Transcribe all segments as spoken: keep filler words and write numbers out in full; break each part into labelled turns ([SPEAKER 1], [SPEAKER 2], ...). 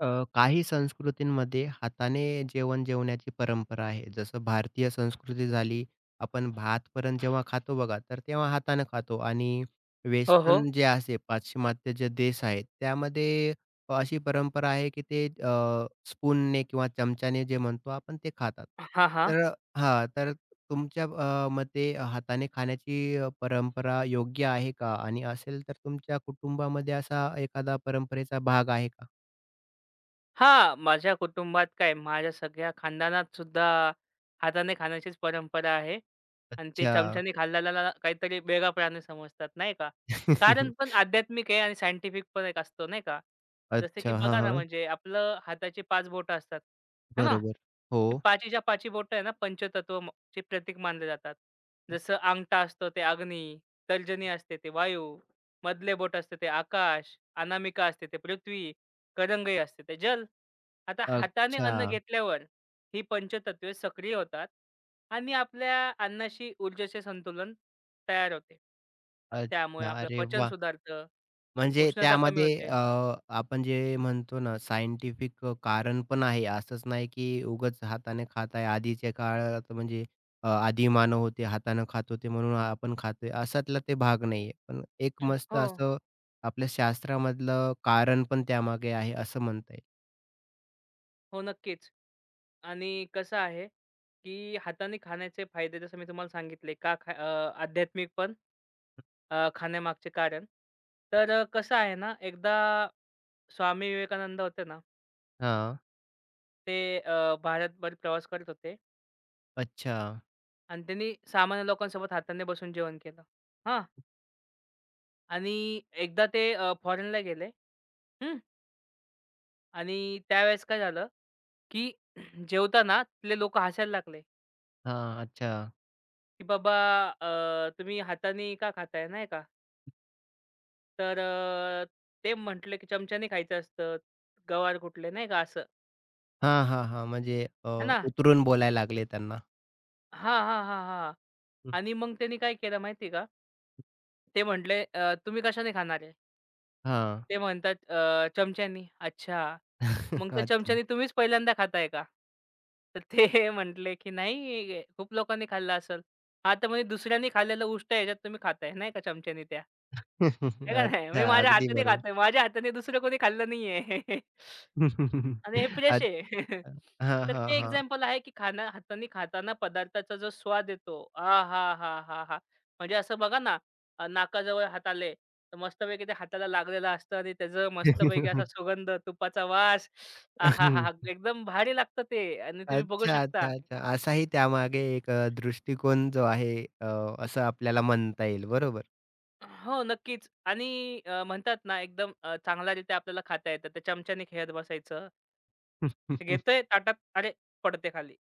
[SPEAKER 1] अ, काही संस्कृतींमध्ये हाताने जेवण जेवण्याची परंपरा आहे. जसं भारतीय संस्कृती झाली, आपण भातवरण जेव्हा खातो बघा, तर तेव्हा हाताने खातो आणि
[SPEAKER 2] हो, हो.
[SPEAKER 1] वेस्टर्न जे असे पाश्चिमात्य जे देश आहेत, त्यामध्ये अशी परंपरा आहे, की ते अ, स्पूनने किंवा चमच्याने जे म्हणतो आपण ते खातात.
[SPEAKER 2] हां, हां.
[SPEAKER 1] तर हां, तर तुमच्या अ, मते हाताने खाण्याची अ, परंपरा योग्य आहे का? आणि असेल तर तुमच्या कुटुंबामध्ये असा एखादा परंपरेचा भाग आहे का?
[SPEAKER 2] हां, माझ्या कुटुंबात काय माझ्या सगळ्या खानदानात सुद्धा हाताने खाण्याचीच परंपरा आहे. आणि ते
[SPEAKER 1] अच्छा.
[SPEAKER 2] चमच्याने खाल्ल्याला काहीतरी वेगळा प्राणी समजतात, नाही का? कारण पण आध्यात्मिक आहे आणि सायंटिफिक पण एक असतो, नाही का? जसं की
[SPEAKER 1] अच्छा. हां,
[SPEAKER 2] बघा ना,
[SPEAKER 1] हां.
[SPEAKER 2] म्हणजे आपलं हाताची पाच बोटं असतात, है ना?
[SPEAKER 1] बरोबर. हो.
[SPEAKER 2] ती पाचीच्या पाची बोटं आहे ना, पंचतत्व म चे प्रतीक मानले जातात. जसं अंगठा असतो ते अग्नी, तर्जनी असते ते वायू, मधले बोट असते ते आकाश, अनामिका असते ते पृथ्वी. करंगई असते ते जल. आता हाताने
[SPEAKER 1] अच्छा.
[SPEAKER 2] अन्न घेतल्यावर ही पंचतत्वे सक्रिय होतात आणि आपल्या अन्नाशी ऊर्जेचे संतुलन तयार होते. त्यामुळे
[SPEAKER 1] अच्छा.
[SPEAKER 2] आपलं
[SPEAKER 1] अरे
[SPEAKER 2] पचन
[SPEAKER 1] वाह!
[SPEAKER 2] सुधारतं,
[SPEAKER 1] म्हणजे
[SPEAKER 2] उष्णता कमी
[SPEAKER 1] त्यामध्ये
[SPEAKER 2] होते.
[SPEAKER 1] अ, आपण जे म्हणतो ना सायंटिफिक अ, कारण पण आहे. असंच नाही की उगाच हाताने खात आहे. आधीच्या काळात म्हणजे अ, आदी मानव होते, हातानं खात होते म्हणून आपण खातोय अशातला ते भाग नाहीये. पण एक मस्त
[SPEAKER 2] हो,
[SPEAKER 1] असं आपल्या शास्त्रामधलं कारण पण त्यामागे आहे असं म्हणता येईल.
[SPEAKER 2] हो नक्कीच. आणि कसं आहे, की हाताने खाण्याचे फायदे जसं मी तुम्हाला सांगितले का खा अ, आध्यात्मिक पण अ, खाण्यामागचे कारण. तर अ, कसं आहे ना, एकदा स्वामी विवेकानंद होते ना
[SPEAKER 1] हां.
[SPEAKER 2] ते अ, भारतभर प्रवास करत होते
[SPEAKER 1] अच्छा.
[SPEAKER 2] आणि त्यांनी सामान्य लोकांसोबत हाताने बसून जेवण केलं. हां. आणि एकदा ते अ, फॉरेनला गेले. हं. आणि त्यावेळेस काय झालं, की जेवताना तिथले लोकं हसायला लागले,
[SPEAKER 1] हां. अच्छा.
[SPEAKER 2] की "बाबा अ, तुम्ही हाताने का खाताय?" नाही का. तर अ, ते म्हटले, की "चमच्याने खायचं असतं, गवार कुटले." नाही का असं.
[SPEAKER 1] हां, हां, हां. म्हणजे अ,
[SPEAKER 2] है ना.
[SPEAKER 1] उतरून बोलायला लागले त्यांना.
[SPEAKER 2] हां, हां, हां, हां.
[SPEAKER 1] हं.
[SPEAKER 2] आणि मग त्यांनी काय केलं माहिती का? ते म्हटले, "अ, तुम्ही कशाने खाणार आहे?"
[SPEAKER 1] हां.
[SPEAKER 2] ते म्हणतात अ, चमच्यानी. अच्छा. मग त्या
[SPEAKER 1] अच्छा.
[SPEAKER 2] चमच्यानी तुम्हीच पहिल्यांदा खाताय का? तर ते म्हटले, की "नाही, खूप लोकांनी खाल्लं असेल." हां, तर म्हणजे दुसऱ्यांनी खाल्लेलं उष्ट ह्याच्यात तुम्ही खाताय नाही का चमच्यानी त्या. आहे का नाही? मी
[SPEAKER 1] अच्छा.
[SPEAKER 2] माझ्या
[SPEAKER 1] अगदी
[SPEAKER 2] हाताने
[SPEAKER 1] बरोबर.
[SPEAKER 2] खातोय. माझ्या हाताने दुसरं कोणी खाल्लं नाहीये. आणि हे फ्रेश
[SPEAKER 1] अच्छा.
[SPEAKER 2] आहे.
[SPEAKER 1] हां,
[SPEAKER 2] तर
[SPEAKER 1] हां,
[SPEAKER 2] ते
[SPEAKER 1] हां.
[SPEAKER 2] एक्झाम्पल आहे, की खाणं हाताने खाताना पदार्थाचा जो स्वाद येतो. आहाहाहाहा! म्हणजे असं बघा ना, अ, नाकाजवळ हात आले, तर मस्तपैकी ते हाताला लागलेलं असतं आणि त्याचं मस्तपैकी असा सुगंध, तुपाचा वास. आहाहाहा! एकदम भारी लागतं ते आणि तुम्ही बघू
[SPEAKER 1] अच्छा, अच्छा,
[SPEAKER 2] शकता.
[SPEAKER 1] अच्छा. असाही त्यामागे एक अ, दृष्टिकोन जो आहे, अ, असं आपल्याला म्हणता येईल. बरोबर.
[SPEAKER 2] हो, नक्कीच. आणि अ, म्हणतात ना, एकदम अ, चांगल्यारीत्या आपल्याला खाता येतं. त्या चमच्याने खेळत बसायचं. ते घेतोय ताटात, अरे! पडते खाली,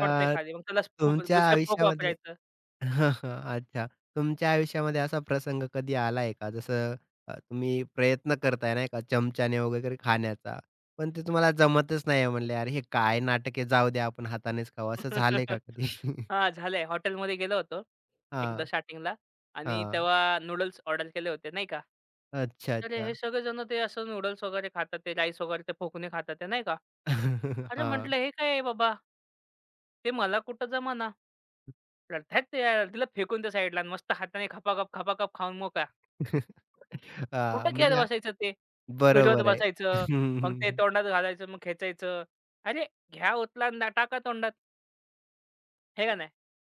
[SPEAKER 2] पडते खाली. मग त्याला स्पू
[SPEAKER 1] तुमच्या
[SPEAKER 2] दुसरे फोक
[SPEAKER 1] आयुष्यामध्ये
[SPEAKER 2] वापरायचं.
[SPEAKER 1] अच्छा. तुमच्या आयुष्यामध्ये असा प्रसंग कधी आलाय का? जसं अ, तुम्ही प्रयत्न करताय नाही का चमच्याने वगैरे खाण्याचा, पण ते तुम्हाला जमतच नाहीये म्हणले, "अरे, हे काय नाटक आहे, जाऊ द्या आपण हातानेच खाऊ." असं झालंय का कधी?
[SPEAKER 2] हां, झालंय. हॉटेलमध्ये गेलो होतो एकदा
[SPEAKER 1] हां,
[SPEAKER 2] स्टार्टिंगला आणि
[SPEAKER 1] हां.
[SPEAKER 2] तेव्हा नूडल्स ऑर्डर केले होते, नाही का.
[SPEAKER 1] अच्छा,
[SPEAKER 2] तर हे
[SPEAKER 1] अच्छा.
[SPEAKER 2] सगळेजण ते असं नूडल्स वगैरे खातात, ते राईस वगैरे ते फोकुने खातात आहे, नाही का. अरे
[SPEAKER 1] हां.
[SPEAKER 2] म्हटलं, "हे काय आहे बाबा?" ते मला कुठं जमाना रडतायत ते यार. तिला फेकून त्या साईडला आणि मस्त हाताने खपाखप, खपाखप खाऊन मोकळा.
[SPEAKER 1] हां,
[SPEAKER 2] कुठं खेळत
[SPEAKER 1] म्हणजे आ-
[SPEAKER 2] बसायचं ते? फिरवत
[SPEAKER 1] बरोबर आहे.
[SPEAKER 2] बसायचं, मग ते तोंडात घालायचं, मग खेचायचं. अरे घ्या, उचला आणि दा- टाका तोंडात, हे का नाही.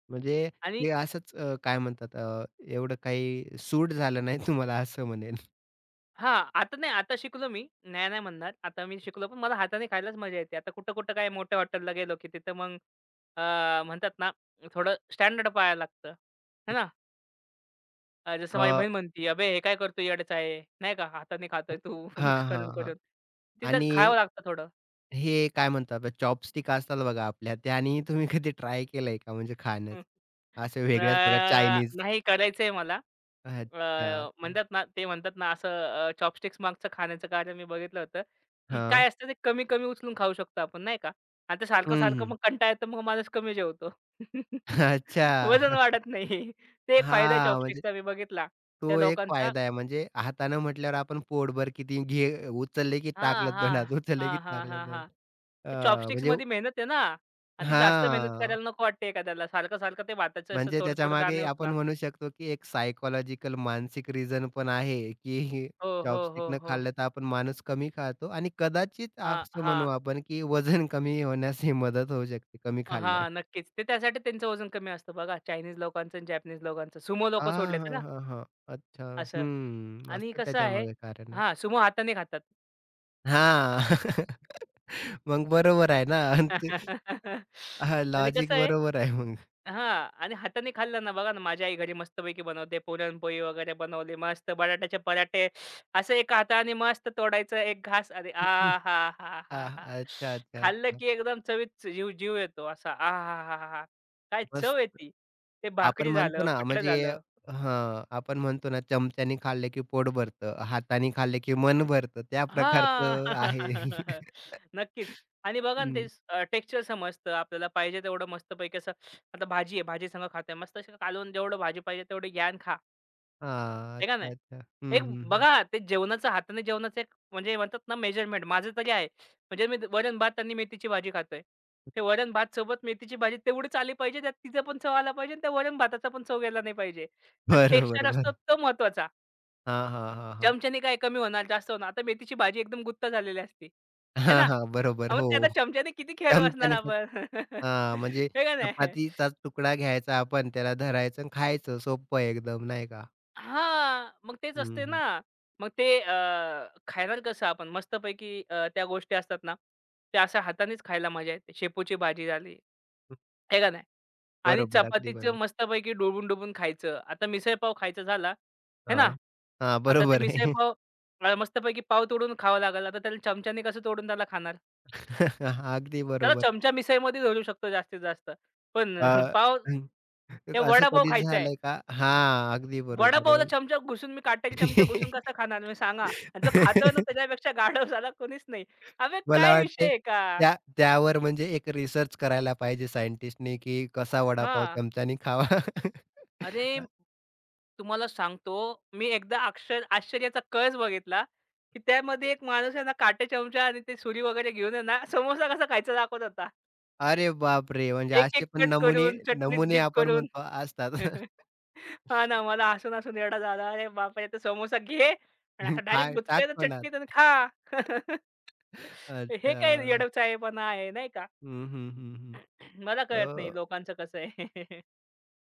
[SPEAKER 1] म्हणजे
[SPEAKER 2] आणि
[SPEAKER 1] ते असंच अ, काय म्हणतात, अ, एवढं काही सूट झालं नाही तुम्हाला असं म्हणेन.
[SPEAKER 2] हां, आता नाही, आता शिकलो मी. नाही, नाही म्हणणार. आता मी शिकलो, पण मला हाताने खायलाच मजा येते. आता कुठं-कुठं काय मोठ्या हॉटेलला गेलो, की तिथं मग अ, म्हणतात ना, थोडं स्टँडर्ड पाळायला लागतं. है ना? अ, जसं माझी
[SPEAKER 1] अ,
[SPEAKER 2] बहीण म्हणती, "अबे, हे काय करतो? येडच आहे." नाही का? "हाताने खातोय तू
[SPEAKER 1] हां,
[SPEAKER 2] मिक्स
[SPEAKER 1] हां, हां.
[SPEAKER 2] करून-करून." तिथं
[SPEAKER 1] आणि
[SPEAKER 2] खावं लागतं थोडं.
[SPEAKER 1] हे काय म्हणतात चॉपस्टिक असतात बघा आपल्या, त्यानेही तुम्ही कधी ट्राय केलंय का म्हणजे
[SPEAKER 2] हं.
[SPEAKER 1] खाण्याचं? असे वेगळ्याच बघा
[SPEAKER 2] अ,
[SPEAKER 1] चायनीज.
[SPEAKER 2] नाही करायचंय मला. अ,
[SPEAKER 1] अच्छा, अच्छा.
[SPEAKER 2] म्हणतात ना ते म्हणतात ना असं अ, चॉपस्टिक्स मागचं खाण्याचं कारण मी बघितलं होतं, की
[SPEAKER 1] हां.
[SPEAKER 2] काय असतं ते कमी-कमी उचलून खाऊ शकतो आपण नाही का? आणि ते
[SPEAKER 1] हं, हं.
[SPEAKER 2] सारखं-सारखं मग कंटाळा येतो मग माणूस कमी जेवतो.
[SPEAKER 1] अच्छा.
[SPEAKER 2] वजन वाढत नाही. ते एक फायदा आहे
[SPEAKER 1] हां, म्हणजे
[SPEAKER 2] चॉपस्टिक्सचा मी बघितला. त्या
[SPEAKER 1] तो एक
[SPEAKER 2] लोकांचा
[SPEAKER 1] फायदा आहे म्हणजे हातानं म्हटल्यावर आपण पोटभर किती घे उचलले की
[SPEAKER 2] हां,
[SPEAKER 1] टाकलं
[SPEAKER 2] हां.
[SPEAKER 1] तोंडात, उचलले की
[SPEAKER 2] हां, हां,
[SPEAKER 1] टाकलं
[SPEAKER 2] हां,
[SPEAKER 1] तोंडात.
[SPEAKER 2] हां. ते
[SPEAKER 1] अ, म्हणजे
[SPEAKER 2] चॉपस्टिक्समध्ये मेहनत आहे ना. आणि ती जास्त मेहनत
[SPEAKER 1] हां,
[SPEAKER 2] करायला नको वाटते एखाद्याला. सारखं-सारखं ते भाताचं असं
[SPEAKER 1] म्हणजे
[SPEAKER 2] थोडे-थोडे
[SPEAKER 1] त्याच्यामागे
[SPEAKER 2] दाणे
[SPEAKER 1] आपण
[SPEAKER 2] उचला.
[SPEAKER 1] म्हणू शकतो, की एक सायकॉलॉजिकल मानसिक रिझन पण आहे, की
[SPEAKER 2] हो, हो,
[SPEAKER 1] चॉपस्टिक
[SPEAKER 2] हो,
[SPEAKER 1] न
[SPEAKER 2] हो.
[SPEAKER 1] खाल्लं तर आपण माणूस कमी खातो आणि कदाचित
[SPEAKER 2] हां,
[SPEAKER 1] असं
[SPEAKER 2] हां.
[SPEAKER 1] म्हणू आपण, की वजन कमी होण्यास ही मदत होऊ शकते कमी खाल्ल्यास.
[SPEAKER 2] हां, नक्कीच. ते त्यासाठी त्यांचं वजन कमी असतं बघा चायनीज लोकांचं आणि जॅपनीज लोकांचं. सुमो लोकं सोडले
[SPEAKER 1] हां,
[SPEAKER 2] तर
[SPEAKER 1] हां,
[SPEAKER 2] ना
[SPEAKER 1] हां, हां. अच्छा.
[SPEAKER 2] असं.
[SPEAKER 1] हं,
[SPEAKER 2] आणि
[SPEAKER 1] असतं
[SPEAKER 2] कसं आहे
[SPEAKER 1] त्याच्यामागे कारण आहे.
[SPEAKER 2] हां, सुमो हाताने खातात.
[SPEAKER 1] हां. मग बरोबर आहे ना. आणि ते हां,
[SPEAKER 2] आणि कसं
[SPEAKER 1] लॉजिक
[SPEAKER 2] आहे
[SPEAKER 1] बरोबर आहे मग.
[SPEAKER 2] हां. आणि हाताने खाल्लं ना बघा ना माझी आई घरी मस्तपैकी बनवते. पुरणपोळी वगैरे बनवली मस्त बटाट्याचे पराठे. असं एका हाताने मस्त तोडायचं एक घास अरे
[SPEAKER 1] हां,
[SPEAKER 2] आहाहाहा!
[SPEAKER 1] अच्छा, अच्छा,
[SPEAKER 2] खाल्लं
[SPEAKER 1] अच्छा.
[SPEAKER 2] की एकदम चवीत जीव जीव येतो असा आहाहाहा! काय चव
[SPEAKER 1] मस्त.
[SPEAKER 2] आहे ते
[SPEAKER 1] आपण
[SPEAKER 2] भाकरी
[SPEAKER 1] म्हणतो
[SPEAKER 2] झालं,
[SPEAKER 1] ना,
[SPEAKER 2] पिठलं
[SPEAKER 1] म्हणजे
[SPEAKER 2] झालं.
[SPEAKER 1] हां, आपण म्हणतो ना, चमच्यानी खाल्लं की पोट भरतं, हाताने खाल्लं की मन भरतं. त्या
[SPEAKER 2] हां.
[SPEAKER 1] प्रकारचं आहे.
[SPEAKER 2] नक्कीच. आणि बघा ना, ते
[SPEAKER 1] हं.
[SPEAKER 2] अ, टेक्स्चर समजतं आपल्याला पाहिजे तेवढं मस्तपैकी असं आता भाजी आहे, भाजीसंग खाताय. मस्त अशी कालवून जेवढं भाजी पाहिजे तेवढी घ्या खा.
[SPEAKER 1] हां.
[SPEAKER 2] आहे का नाही?
[SPEAKER 1] अच्छा, अच्छा. हं,
[SPEAKER 2] एक
[SPEAKER 1] हं, हं.
[SPEAKER 2] बघा ते जेवणाचं हाताने जेवणाचं एक म्हणजे म्हणतात ना मेजरमेंट माझं तरी आहे. म्हणजे मी वरण भात आणि मेथीची भाजी खातोय. ते वरण भात सोबत मेथीची भाजी तेवढीच आली पाहिजे. त्यात तिचा पण चव आला पाहिजे आणि त्या वरण भाताचा पण चव गेला नाही पाहिजे. तर
[SPEAKER 1] बरोबर,
[SPEAKER 2] टेक्स्चर असतो
[SPEAKER 1] बरोबर.
[SPEAKER 2] तो महत्त्वाचा.
[SPEAKER 1] हां, हां, हां, हां.
[SPEAKER 2] चमच्याने काय कमी होणार, जास्त होणार. आता मेथीची भाजी एकदम गुत्त झालेली असते. आहे
[SPEAKER 1] हां,
[SPEAKER 2] ना?
[SPEAKER 1] हां. बरोबर.
[SPEAKER 2] हां, मग
[SPEAKER 1] हो.
[SPEAKER 2] ते आता चमच्याने किती खेळत बसणार
[SPEAKER 1] चमच्याने खात
[SPEAKER 2] आपण.
[SPEAKER 1] हां, म्हणजे
[SPEAKER 2] हे का नाही?
[SPEAKER 1] चपातीचा तुकडा घ्यायचा आपण, त्याला धरायचं आणि खायचं. सोपं आहे एकदम, नाही का?
[SPEAKER 2] हां, मग तेच
[SPEAKER 1] हं,
[SPEAKER 2] असते ना.
[SPEAKER 1] हं.
[SPEAKER 2] मग ते अ, खाणार कसं आपण मस्तपैकी अ, त्या गोष्टी असतात ना, त्या अशा हातानेच खायला मजा येते. शेपूची भाजी झाली, हे का नाही? आणि
[SPEAKER 1] बरोबर. अगदी
[SPEAKER 2] चपातीचं
[SPEAKER 1] बरोबर.
[SPEAKER 2] मस्तपैकी डुबून-डुबून खायचं. आता मिसळपाव खायचा झाला, आहे
[SPEAKER 1] हां.
[SPEAKER 2] ना?
[SPEAKER 1] हां,
[SPEAKER 2] आता ते
[SPEAKER 1] बरोबर आहे.
[SPEAKER 2] मिसळपाव अ, मस्तपैकी पाव तोडून खावा लागेल. आता त्याला चमच्याने कसं तोडून त्याला खाणार?
[SPEAKER 1] अगदी
[SPEAKER 2] त्याला
[SPEAKER 1] बरोबर.
[SPEAKER 2] चमचा मिसळमध्ये धरू शकतो जास्तीत जास्त. पण
[SPEAKER 1] अ,
[SPEAKER 2] पाव
[SPEAKER 1] हं.
[SPEAKER 2] हे
[SPEAKER 1] तर असं
[SPEAKER 2] वडापाव
[SPEAKER 1] कधी
[SPEAKER 2] खायचा आहे.
[SPEAKER 1] झालंय का? हां, अगदी बरोबर
[SPEAKER 2] वडापावला
[SPEAKER 1] म्हणजे
[SPEAKER 2] चमचा घुसून मी काट्याची चमचा घुसून कसा खाणार मी सांगा? आणि जो खातोय ना त्याच्यापेक्षा गाढव साला कोणीच नाही. अबे
[SPEAKER 1] मला
[SPEAKER 2] काय विषय
[SPEAKER 1] वाटतंय
[SPEAKER 2] आहे का?
[SPEAKER 1] त्या त्यावर म्हणजे एक रिसर्च करायला पाहिजे सायंटिस्टनी, की कसा वडापाव
[SPEAKER 2] हां.
[SPEAKER 1] चमच्यानी खावा?
[SPEAKER 2] अरे, तुम्हाला सांगतो मी एकदा अक्षर आश्चर्याचा कळस बघितला, की त्यामध्ये एक माणूस आहे ना काटे चमचा आणि ते सुरी वगैरे घेऊन आहे ना समोसा कसा खायचा दाखवत होता.
[SPEAKER 1] अरे बापरे! म्हणजे
[SPEAKER 2] एक-एक
[SPEAKER 1] असे पण
[SPEAKER 2] कट
[SPEAKER 1] नमुने
[SPEAKER 2] करून, चटणीत
[SPEAKER 1] नमुने
[SPEAKER 2] डीप
[SPEAKER 1] आपण
[SPEAKER 2] करून.
[SPEAKER 1] म्हणतो असतात.
[SPEAKER 2] हां ना, मला हसून-हसून येडा झाला. अरे बापरे! तो समोसा घे आणि असा
[SPEAKER 1] खा
[SPEAKER 2] डायरेक्ट
[SPEAKER 1] टाक
[SPEAKER 2] बुचकायचा
[SPEAKER 1] तोंडात.
[SPEAKER 2] चटणीत आणि खा. हे काय
[SPEAKER 1] अच्छा.
[SPEAKER 2] येडचाळेपणा आहे, नाही का?
[SPEAKER 1] हं, हं, हं,
[SPEAKER 2] मला कळत नाही
[SPEAKER 1] हं. अ
[SPEAKER 2] लोकांचं कसं आहे.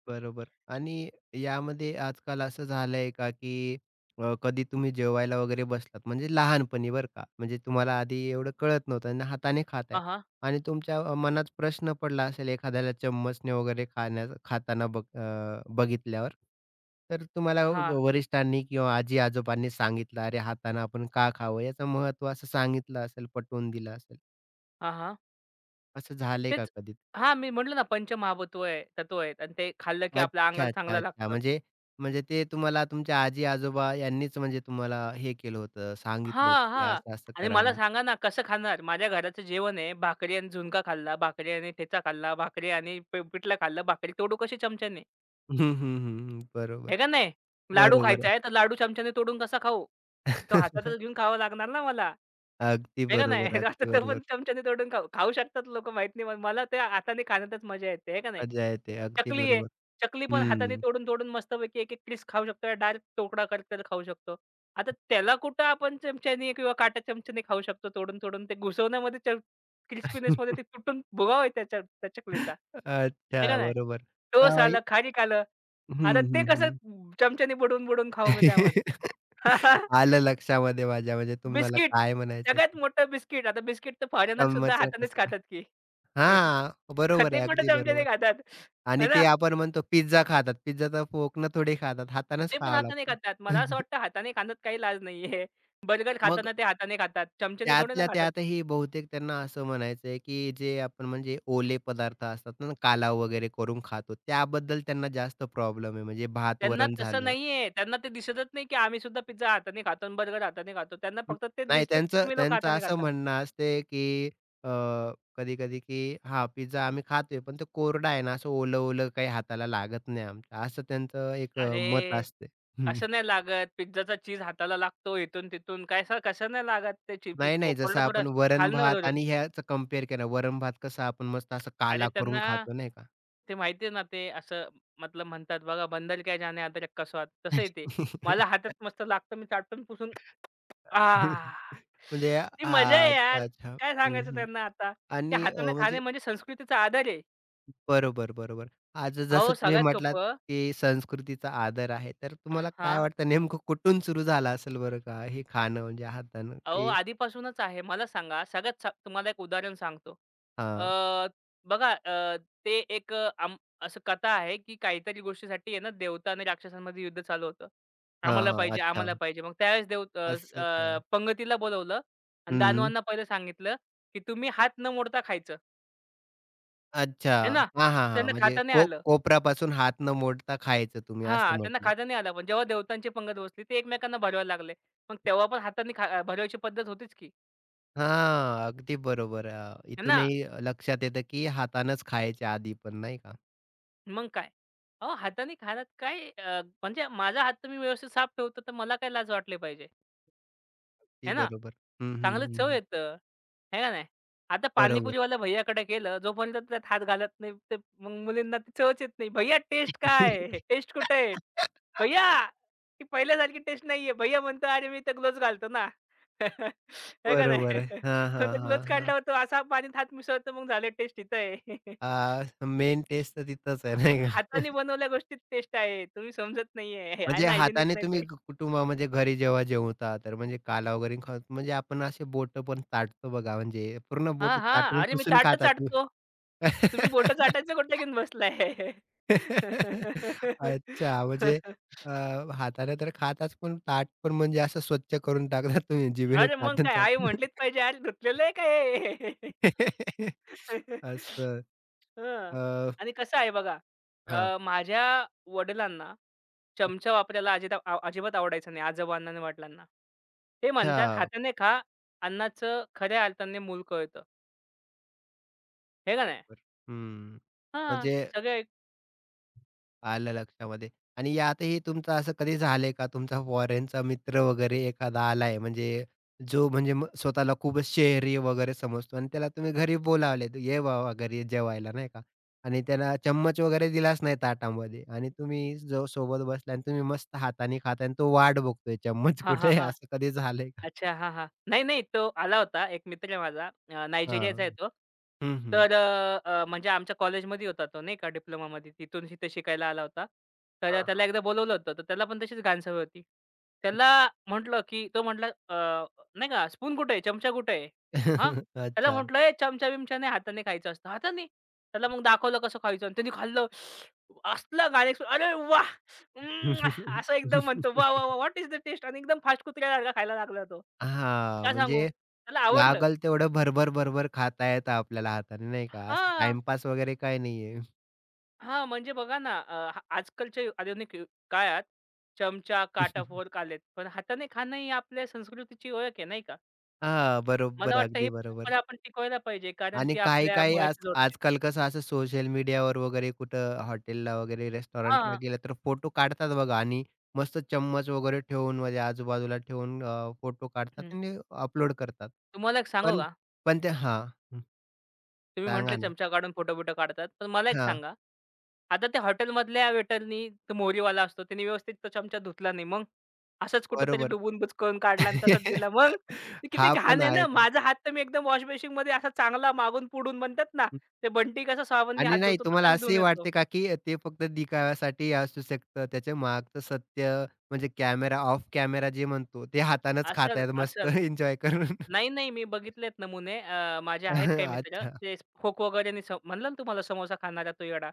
[SPEAKER 1] बरोबर आणि यामध्ये आजकाल असं झालंय का, की अ, कधी तुम्ही जेवायला वगैरे बसलात म्हणजे लहानपणी बरं का, म्हणजे तुम्हाला आधी एवढं कळत नव्हतं आणि हाताने
[SPEAKER 2] हां,
[SPEAKER 1] खातायत
[SPEAKER 2] हां.
[SPEAKER 1] आणि तुमच्या अ, मनात प्रश्न पडला असेल एखाद्याला चम्मचने वगैरे खाण्या खाताना बघ अ, बघितल्यावर. तर तुम्हाला व
[SPEAKER 2] हां,
[SPEAKER 1] वरिष्ठांनी किंवा आजी-आजोबांनी सांगितलं, "अरे हाताने आपण का खावं?" याचं महत्त्व असं सांगितलं असेल, पटवून दिलं असेल.
[SPEAKER 2] हां, हां.
[SPEAKER 1] असं झालंय का
[SPEAKER 2] तेच
[SPEAKER 1] कधी?
[SPEAKER 2] हां, मी म्हटलं ना पंचमहाभूतो आहे, तत्व आहेत आणि ते खाल्लं की आपल्या
[SPEAKER 1] अच्छा,
[SPEAKER 2] अंगाला
[SPEAKER 1] अच्छा,
[SPEAKER 2] चांगलं
[SPEAKER 1] अच्छा.
[SPEAKER 2] लागतं.
[SPEAKER 1] म्हणजे म्हणजे ते तुम्हाला तुमच्या आजी-आजोबा यांनीच म्हणजे तुम्हाला हे केलं होतं, सांगितलं होतं,
[SPEAKER 2] हां,
[SPEAKER 1] की
[SPEAKER 2] हां.
[SPEAKER 1] असं-असं
[SPEAKER 2] आणि
[SPEAKER 1] करा
[SPEAKER 2] मला
[SPEAKER 1] म्हणून.
[SPEAKER 2] सांगा ना कसं खाणार? माझ्या घराचं जेवण आहे, भाकरी आणि झुणका खाल्ला, भाकरी आणि ठेचा खाल्ला, भाकरी आणि प पिठलं खाल्लं, भाकरी तोडू कशी चमच्याने?
[SPEAKER 1] हं, हं, हं, हं.
[SPEAKER 2] हे
[SPEAKER 1] बरोबर,
[SPEAKER 2] का नाही? लाडू
[SPEAKER 1] बरोबर.
[SPEAKER 2] खायचा आहे, तर लाडू चमच्याने तोडून कसा खाऊ? तो हातातच घेऊन खावा लागणार ना मला.
[SPEAKER 1] अगदी
[SPEAKER 2] वेगळं नाही.
[SPEAKER 1] बरोबर,
[SPEAKER 2] आता
[SPEAKER 1] अगदी
[SPEAKER 2] तो पण
[SPEAKER 1] बरोबर.
[SPEAKER 2] चमच्याने तोडून खाऊ खाऊ शकतात लोकं माहीत नाही. पण मला त्या हाताने खाण्यातच मजा येते, आहे का नाही?
[SPEAKER 1] मजा येते. अगदी
[SPEAKER 2] चकली आहे.
[SPEAKER 1] बरोबर.
[SPEAKER 2] चकली पण हाताने
[SPEAKER 1] हं.
[SPEAKER 2] तोडून-तोडून मस्तपैकी एक-एक पीस खाऊ शकतो. डायरेक्ट तुकडा करकर खाऊ शकतो. आता त्याला कुठं आपण चमच्याने किंवा काटा चमच्याने खाऊ शकतो तोडून-तोडून. ते घुसवण्यामध्ये च क्रिस्पीनेसमध्ये ते तुटून भुगा आहे त्याच्या त्या चकलीचा.
[SPEAKER 1] अच्छा,
[SPEAKER 2] आहे का नाही?
[SPEAKER 1] बरोबर.
[SPEAKER 2] टोस
[SPEAKER 1] अ,
[SPEAKER 2] आलं, खारीक आलं.
[SPEAKER 1] हं,
[SPEAKER 2] आता ते
[SPEAKER 1] हं,
[SPEAKER 2] कसं
[SPEAKER 1] हं.
[SPEAKER 2] चमच्याने बुडवून-बुडवून खाऊ मी त्यामध्ये.
[SPEAKER 1] आलं लक्षामध्ये माझ्या. म्हणजे तुम्हाला
[SPEAKER 2] बिस्किट.
[SPEAKER 1] काय म्हणायचंय
[SPEAKER 2] सगळ्यात मोठं बिस्किट. आता बिस्किट तर फॉरेनर सुद्धा
[SPEAKER 1] चम्मच
[SPEAKER 2] हातानेच
[SPEAKER 1] कसं काय?
[SPEAKER 2] खातात की.
[SPEAKER 1] हां, बरोबर
[SPEAKER 2] ते
[SPEAKER 1] आहे.
[SPEAKER 2] कुठे
[SPEAKER 1] अगदी
[SPEAKER 2] चमच्याने
[SPEAKER 1] बरोबर.
[SPEAKER 2] खातात.
[SPEAKER 1] आणि
[SPEAKER 2] है ना?
[SPEAKER 1] ते आपण म्हणतो पिझ्झा खातात. पिझ्झा तर फोकनं थोडी खातात, हातानंच
[SPEAKER 2] ते पण
[SPEAKER 1] खावं
[SPEAKER 2] हाताने
[SPEAKER 1] लागतं.
[SPEAKER 2] खातात. मला असं वाटतं हाताने खाण्यात काही लाज नाहीये. बर्गर
[SPEAKER 1] मग
[SPEAKER 2] खाताना ते हाताने खातात. चमच्याने थोडे ना
[SPEAKER 1] त्यातल्या
[SPEAKER 2] खातात.
[SPEAKER 1] त्यातही बहुतेक त्यांना असं म्हणायचं आहे, की जे आपण म्हणजे ओले पदार्थ असतात ना, कालव वगैरे करून खातो, त्याबद्दल त्यांना जास्त प्रॉब्लेम आहे. म्हणजे भात
[SPEAKER 2] त्यांना
[SPEAKER 1] वरण
[SPEAKER 2] तसं
[SPEAKER 1] झालं
[SPEAKER 2] नाहीये. त्यांना ते दिसतच नाही की आम्ही सुद्धा पिझ्झा हाताने खातो बर्गर हाताने खातो. त्यांना
[SPEAKER 1] हं.
[SPEAKER 2] फक्त तेच
[SPEAKER 1] नाही,
[SPEAKER 2] दिसतं की
[SPEAKER 1] त्यांचं
[SPEAKER 2] तुम्ही लोकं
[SPEAKER 1] त्यांचं
[SPEAKER 2] हाताने
[SPEAKER 1] असं
[SPEAKER 2] खाता.
[SPEAKER 1] म्हणणं असते, की कधी-कधी, की "हां, पिझ्झा आम्ही खातोय, पण तो कोरडा आहे ना, असं ओलं-ओलं काही हाताला लागत नाही आमच्या." असं त्यांचं एक अ, मत
[SPEAKER 2] अरे,
[SPEAKER 1] असते.
[SPEAKER 2] कसं नाही लागत. पिझ्झाचा चीज हाताला लागतो इथून-तिथून. काय सर कसं नाही लागत ते
[SPEAKER 1] नाही, नाही. जसं
[SPEAKER 2] कोरडा थोडा
[SPEAKER 1] आपण
[SPEAKER 2] असतो. खालनं
[SPEAKER 1] वरण-भात
[SPEAKER 2] वरून.
[SPEAKER 1] आणि ह्याचं कंपेअर केलं. वरण-भात कसं आपण मस्त असं
[SPEAKER 2] अरे
[SPEAKER 1] काला करून
[SPEAKER 2] त्यांना
[SPEAKER 1] खातो नाही का?
[SPEAKER 2] ते माहिती आहे ना, ते असं मतलब म्हणतात बघा, "बंदर क्या जाने अदरक का स्वाद." तसं आहे ते. मला हातात मस्त लागतं, मी चाटून पुसून आह!
[SPEAKER 1] म्हणजे
[SPEAKER 2] ती मजा
[SPEAKER 1] हां,
[SPEAKER 2] आहे
[SPEAKER 1] अच्छा,
[SPEAKER 2] यार.
[SPEAKER 1] अच्छा.
[SPEAKER 2] काय
[SPEAKER 1] हं,
[SPEAKER 2] सांगायचं
[SPEAKER 1] हं.
[SPEAKER 2] त्यांना आता. त्या
[SPEAKER 1] आणि अ,
[SPEAKER 2] हाताने
[SPEAKER 1] म्हणजे
[SPEAKER 2] खाणे म्हणजे संस्कृतीचा आधार आहे.
[SPEAKER 1] बरोबर, बरोबर. आज
[SPEAKER 2] अहो,
[SPEAKER 1] जसं तुम्ही
[SPEAKER 2] सगळ्यात
[SPEAKER 1] म्हटलात,
[SPEAKER 2] सोपं
[SPEAKER 1] की संस्कृतीचा आदर आहे. तर तुम्हाला काय
[SPEAKER 2] हां.
[SPEAKER 1] वाटतं नेमकं कुठून सुरू झालं असेल बरं का? हे खाणं म्हणजे हातानं
[SPEAKER 2] अहो,
[SPEAKER 1] ते
[SPEAKER 2] आधीपासूनच आहे. मला सांगा, सगळ्यात सा तुम्हाला एक उदाहरण सांगतो. अ,
[SPEAKER 1] हां,
[SPEAKER 2] बघा अ, ते एक अ, आम असं कथा आहे, की काहीतरी गोष्टीसाठी आहे ना, देवता आणि राक्षसांमध्ये युद्ध चालू होतं.
[SPEAKER 1] हां,
[SPEAKER 2] आम्हाला
[SPEAKER 1] हां.
[SPEAKER 2] पाहिजे,
[SPEAKER 1] अच्छा.
[SPEAKER 2] आम्हाला पाहिजे. मग त्यावेळेस देव अ, स-
[SPEAKER 1] असं
[SPEAKER 2] अ,
[SPEAKER 1] काय?
[SPEAKER 2] पंगतीला बोलावलं आणि
[SPEAKER 1] हं.
[SPEAKER 2] दानवांना पहिलं सांगितलं, की तुम्ही हात न मोडता खायचं,
[SPEAKER 1] अच्छा.
[SPEAKER 2] आहे ना.
[SPEAKER 1] हां, हां, हां.
[SPEAKER 2] त्यांना
[SPEAKER 1] म्हणजे
[SPEAKER 2] खाता नाही
[SPEAKER 1] को
[SPEAKER 2] आलं.
[SPEAKER 1] कोपरापासून हात न मोडता खायचं तुम्ही
[SPEAKER 2] हां,
[SPEAKER 1] असं
[SPEAKER 2] त्यांना
[SPEAKER 1] म्हटले.
[SPEAKER 2] खाता नाही आलं. पण जेव्हा देवतांची पंगत बसली, ते एकमेकांना भरवायला लागले. मग तेव्हा पण हाताने खा अ, भरवायची पद्धत होतीच की,
[SPEAKER 1] हां, अगदी बरोबर. अ,
[SPEAKER 2] आहे ना.
[SPEAKER 1] इथूनही लक्षात येतं, की हातानंच खायचे आधी पण नाही का?
[SPEAKER 2] मग काय? अहो, हाताने खाण्यात काय अ, म्हणजे माझा हात तर मी व्यवस्थित साफ ठेवतो, तर मला काय लाज वाटली पाहिजे,
[SPEAKER 1] ते
[SPEAKER 2] आहे ना?
[SPEAKER 1] बरोबर. हं, हं,
[SPEAKER 2] चांगलं
[SPEAKER 1] हं,
[SPEAKER 2] चव
[SPEAKER 1] हं.
[SPEAKER 2] येतं, आहे का नाही? आता
[SPEAKER 1] बरोबर.
[SPEAKER 2] पाणीपुरीवाला भैय्याकडे गेलं, जोपर्यंत त्यात हात घालत नाही, ते मग मुलींना ती चवच येत नाही. "भैय्या टेस्ट काय आहे? टेस्ट कुठे आहे? भैय्या ती पहिल्यासारखी टेस्ट नाहीये." भैय्या म्हणतो, "अरे, मी तर ग्लोव्हज घालतो ना." आहे का
[SPEAKER 1] बरोबर
[SPEAKER 2] नाही?
[SPEAKER 1] आहे. हां,
[SPEAKER 2] मग
[SPEAKER 1] हां,
[SPEAKER 2] ते
[SPEAKER 1] हां,
[SPEAKER 2] ग्लोव्हज
[SPEAKER 1] हां.
[SPEAKER 2] काढल्यावर तो असा पाण्यात हात मिसळतो, मग झालं टेस्ट इथं आहे.
[SPEAKER 1] मेन टेस्ट तर तिथंच आहे
[SPEAKER 2] हा
[SPEAKER 1] नाही का?
[SPEAKER 2] हाताने बनवल्या गोष्टीत टेस्ट आहे. तुम्ही समजत नाहीये. हे
[SPEAKER 1] म्हणजे
[SPEAKER 2] अनहायजेनिक
[SPEAKER 1] हाताने
[SPEAKER 2] नाही
[SPEAKER 1] तुम्ही
[SPEAKER 2] ते.
[SPEAKER 1] ग- कुटुंबा म्हणजे घरी जेव्हा जेवता, तर म्हणजे काला वगैरे खात म्हणजे आपण असे बोटं पण चाटतो बघा, म्हणजे पूर्ण
[SPEAKER 2] हां,
[SPEAKER 1] बोटं
[SPEAKER 2] हां. अरे मी
[SPEAKER 1] चाटून-पुसून
[SPEAKER 2] ताटच
[SPEAKER 1] खातात.
[SPEAKER 2] चाटतो. तुम्ही बोटं चाटायचं कुठे घेऊन बसलाय?
[SPEAKER 1] अच्छा, म्हणजे अ, हाताने तर खाताच, पण ताट पण म्हणजे असं स्वच्छ करून टाकता तुम्ही जिभेने
[SPEAKER 2] अरे मग काय आई
[SPEAKER 1] चाटून-चाटून.
[SPEAKER 2] म्हटलीच पाहिजे, "अरे धुतलेलं आहे का हे?"
[SPEAKER 1] असं.
[SPEAKER 2] हं.
[SPEAKER 1] अ,
[SPEAKER 2] आणि कसं आहे बघा,
[SPEAKER 1] हां.
[SPEAKER 2] अ, माझ्या वडिलांना चमचा वापरायला अजिता आ अजिबात आवडायचं नाही, आजोबांना आणि वडिलांना. ते म्हणतात,
[SPEAKER 1] अच्छा,
[SPEAKER 2] "हाताने खा, अन्नाचं खऱ्या अर्थाने मूल कळतं." हे का नाही?
[SPEAKER 1] बरोबर. हं.
[SPEAKER 2] हां,
[SPEAKER 1] म्हणजे
[SPEAKER 2] सगळे
[SPEAKER 1] आलं लक्षामध्ये. आणि यातही तुमचं असं कधी झालंय का तुमचा फॉरेनचा मित्र वगैरे एखादा आलाय म्हणजे जो म्हणजे मग स्वतःला खूपच शहरी वगैरे समजतो आणि त्याला तुम्ही घरी बोलावलेत, "ये बाबा घरी जेवायला," नाही का? आणि त्याला चम्मच वगैरे दिलाच नाही ताटामध्ये आणि तुम्ही जो सोबत बसलाय आणि तुम्ही मस्त हाताने खाताय आणि तो वाट बघतोय चम्मच
[SPEAKER 2] हा
[SPEAKER 1] कुठे
[SPEAKER 2] हा
[SPEAKER 1] आहे?
[SPEAKER 2] हां.
[SPEAKER 1] असं कधी झालंय का?
[SPEAKER 2] अच्छा. हां, हां. नाही, नाही. तो आला होता. एक मित्र आहे माझा अ,
[SPEAKER 1] हां.
[SPEAKER 2] नायजेरियाचा आहे तो.
[SPEAKER 1] हं, हं.
[SPEAKER 2] तर अ, अ, म्हणजे आमच्या कॉलेजमध्ये होता तो नाही का डिप्लोमामध्ये. तिथून तिथे शिकायला आला होता. तर
[SPEAKER 1] हां,
[SPEAKER 2] त्याला
[SPEAKER 1] हां.
[SPEAKER 2] एकदा बोलावलं होतं. तर त्याला पण तशीच घाण सवय होती. त्याला म्हटलं, की तो म्हटला नाही का "स्पून कुठे आहे? चमचा कुठे आहे?" हां. त्याला
[SPEAKER 1] अच्छा.
[SPEAKER 2] म्हटलं, "ए चमचा-बिमचा नाही हाताने खायचं असतं." "हाताने?" त्याला मग दाखवलं कसं खायचं आणि त्याने खाल्लं. असला घाण अरे वाह! अं, असं एकदम म्हणतो, "वाह, वाह, वाह! What is the taste?" आणि एकदम फास्ट कुत्र्यासारखा खायला लागला तो.
[SPEAKER 1] हां,
[SPEAKER 2] काय सांगू?
[SPEAKER 1] म्हणजे
[SPEAKER 2] त्याला आवडलं.
[SPEAKER 1] लागल तेवढं भरभर, भरभर खाता येतं आपल्याला हाताने, नाही का? असं
[SPEAKER 2] हां,
[SPEAKER 1] टाईमपास वगैरे काही नाहीये.
[SPEAKER 2] हां, म्हणजे बघा ना, अ, हा आजकालच्या यु आधुनिक यु काळात चमचा, काटा, फोर्क आलेत, पण हाताने खाणं ही आपल्या संस्कृतीची ओळख आहे, नाही का?
[SPEAKER 1] हां,
[SPEAKER 2] मला
[SPEAKER 1] बरोबर.
[SPEAKER 2] वाटतं ही
[SPEAKER 1] अगदी बरोबर.
[SPEAKER 2] परंपरा आपण टिकवायला पाहिजे, कारण
[SPEAKER 1] आणि
[SPEAKER 2] ती आपल्या
[SPEAKER 1] काही-काही आज
[SPEAKER 2] मुळाशी जोडते.
[SPEAKER 1] आजकाल कसं असं सोशल मीडियावर वगैरे कुठं हॉटेलला वगैरे रेस्टॉरंटला
[SPEAKER 2] हां,
[SPEAKER 1] गेलं तर फोटो काढतात बघा आणि मस्त चम्मच वगैरे ठेवून म्हणजे आजूबाजूला ठेवून फोटो काढतात आणि अपलोड करतात.
[SPEAKER 2] तुम्हाला एक सांगू
[SPEAKER 1] पण
[SPEAKER 2] का?
[SPEAKER 1] पण ते हां, हं,
[SPEAKER 2] तुम्ही म्हटले
[SPEAKER 1] सांगा ना.
[SPEAKER 2] चमचा काढून फोटो-बिटो काढतात. पण मला एक
[SPEAKER 1] हां,
[SPEAKER 2] सांगा, आता त्या हॉटेलमधल्या वेटरनी तो मोहरीवाला असतो, त्याने व्यवस्थित तो चमचा धुतला नाही. मग असाच कुठेतरी
[SPEAKER 1] बरोबर.
[SPEAKER 2] डुबून बुचकळून काढला आणि तसाच दिला. मग ते किती
[SPEAKER 1] हा
[SPEAKER 2] घाण
[SPEAKER 1] पण
[SPEAKER 2] आहे ना.
[SPEAKER 1] आहे.
[SPEAKER 2] माझा हात तर मी एकदम वॉश बेसिनमध्ये असा चांगला मागून पुढून म्हणतात ना, ते बंटी कसं साबणने
[SPEAKER 1] आणि
[SPEAKER 2] हात
[SPEAKER 1] नाही
[SPEAKER 2] धुतो तसा
[SPEAKER 1] तुम्हाला
[SPEAKER 2] मी धुवून
[SPEAKER 1] असेही
[SPEAKER 2] येतो.
[SPEAKER 1] वाटते का, की ते फक्त दिखाव्यासाठी असू शकतं? त्याच्या मागचं सत्य म्हणजे कॅमेरा ऑफ कॅमेरा जे म्हणतो ते हातानंच
[SPEAKER 2] असेल,
[SPEAKER 1] खातायत मस्त
[SPEAKER 2] असेल.
[SPEAKER 1] एन्जॉय करून.
[SPEAKER 2] नाही, नाही. मी बघितलेत नमुने. अ, माझे आहेत काही मित्र.
[SPEAKER 1] अच्छा.
[SPEAKER 2] ते खोक वगैरेने स म्हणलं ना तुम्हाला समोसा खाणारा तो येडा.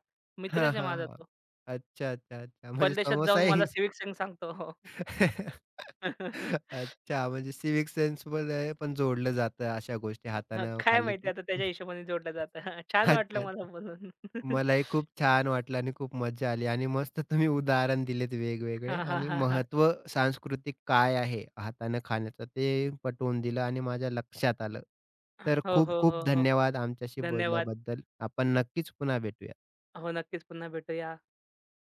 [SPEAKER 1] हां,
[SPEAKER 2] मित्रच आहे
[SPEAKER 1] हां,
[SPEAKER 2] माझा
[SPEAKER 1] हां.
[SPEAKER 2] तो.
[SPEAKER 1] अच्छा, अच्छा, अच्छा. म्हणजे
[SPEAKER 2] परदेशात जाऊन मला
[SPEAKER 1] समोसाही
[SPEAKER 2] सिविक सिंग सांगतो.
[SPEAKER 1] अच्छा, म्हणजे सिव्हिक सेन्समध्ये पण जोडलं जातं अशा गोष्टी
[SPEAKER 2] हां,
[SPEAKER 1] हातानं
[SPEAKER 2] काय
[SPEAKER 1] खाल्ली
[SPEAKER 2] माहिती
[SPEAKER 1] की.
[SPEAKER 2] आता त्याच्या हिशोबाने जोडलं जातं. हां, छान
[SPEAKER 1] अच्छा,
[SPEAKER 2] वाटलं मला
[SPEAKER 1] अच्छा.
[SPEAKER 2] बोलून.
[SPEAKER 1] मलाही खूप छान वाटलं आणि खूप मजा आली आणि मस्त तुम्ही उदाहरण दिलेत
[SPEAKER 2] हां,
[SPEAKER 1] वेगवेगळे
[SPEAKER 2] हां,
[SPEAKER 1] आणि
[SPEAKER 2] हां, हां.
[SPEAKER 1] महत्त्व सांस्कृतिक काय आहे हातानं खाण्याचं ते पटवून दिलं आणि माझ्या लक्षात आलं. तर
[SPEAKER 2] हो,
[SPEAKER 1] खूप
[SPEAKER 2] हो,
[SPEAKER 1] खूप
[SPEAKER 2] हो, हो.
[SPEAKER 1] धन्यवाद आमच्याशी
[SPEAKER 2] धन्यवाद.
[SPEAKER 1] बोलल्याबद्दल. आपण नक्कीच पुन्हा भेटूया.
[SPEAKER 2] हो, नक्कीच पुन्हा भेटूया.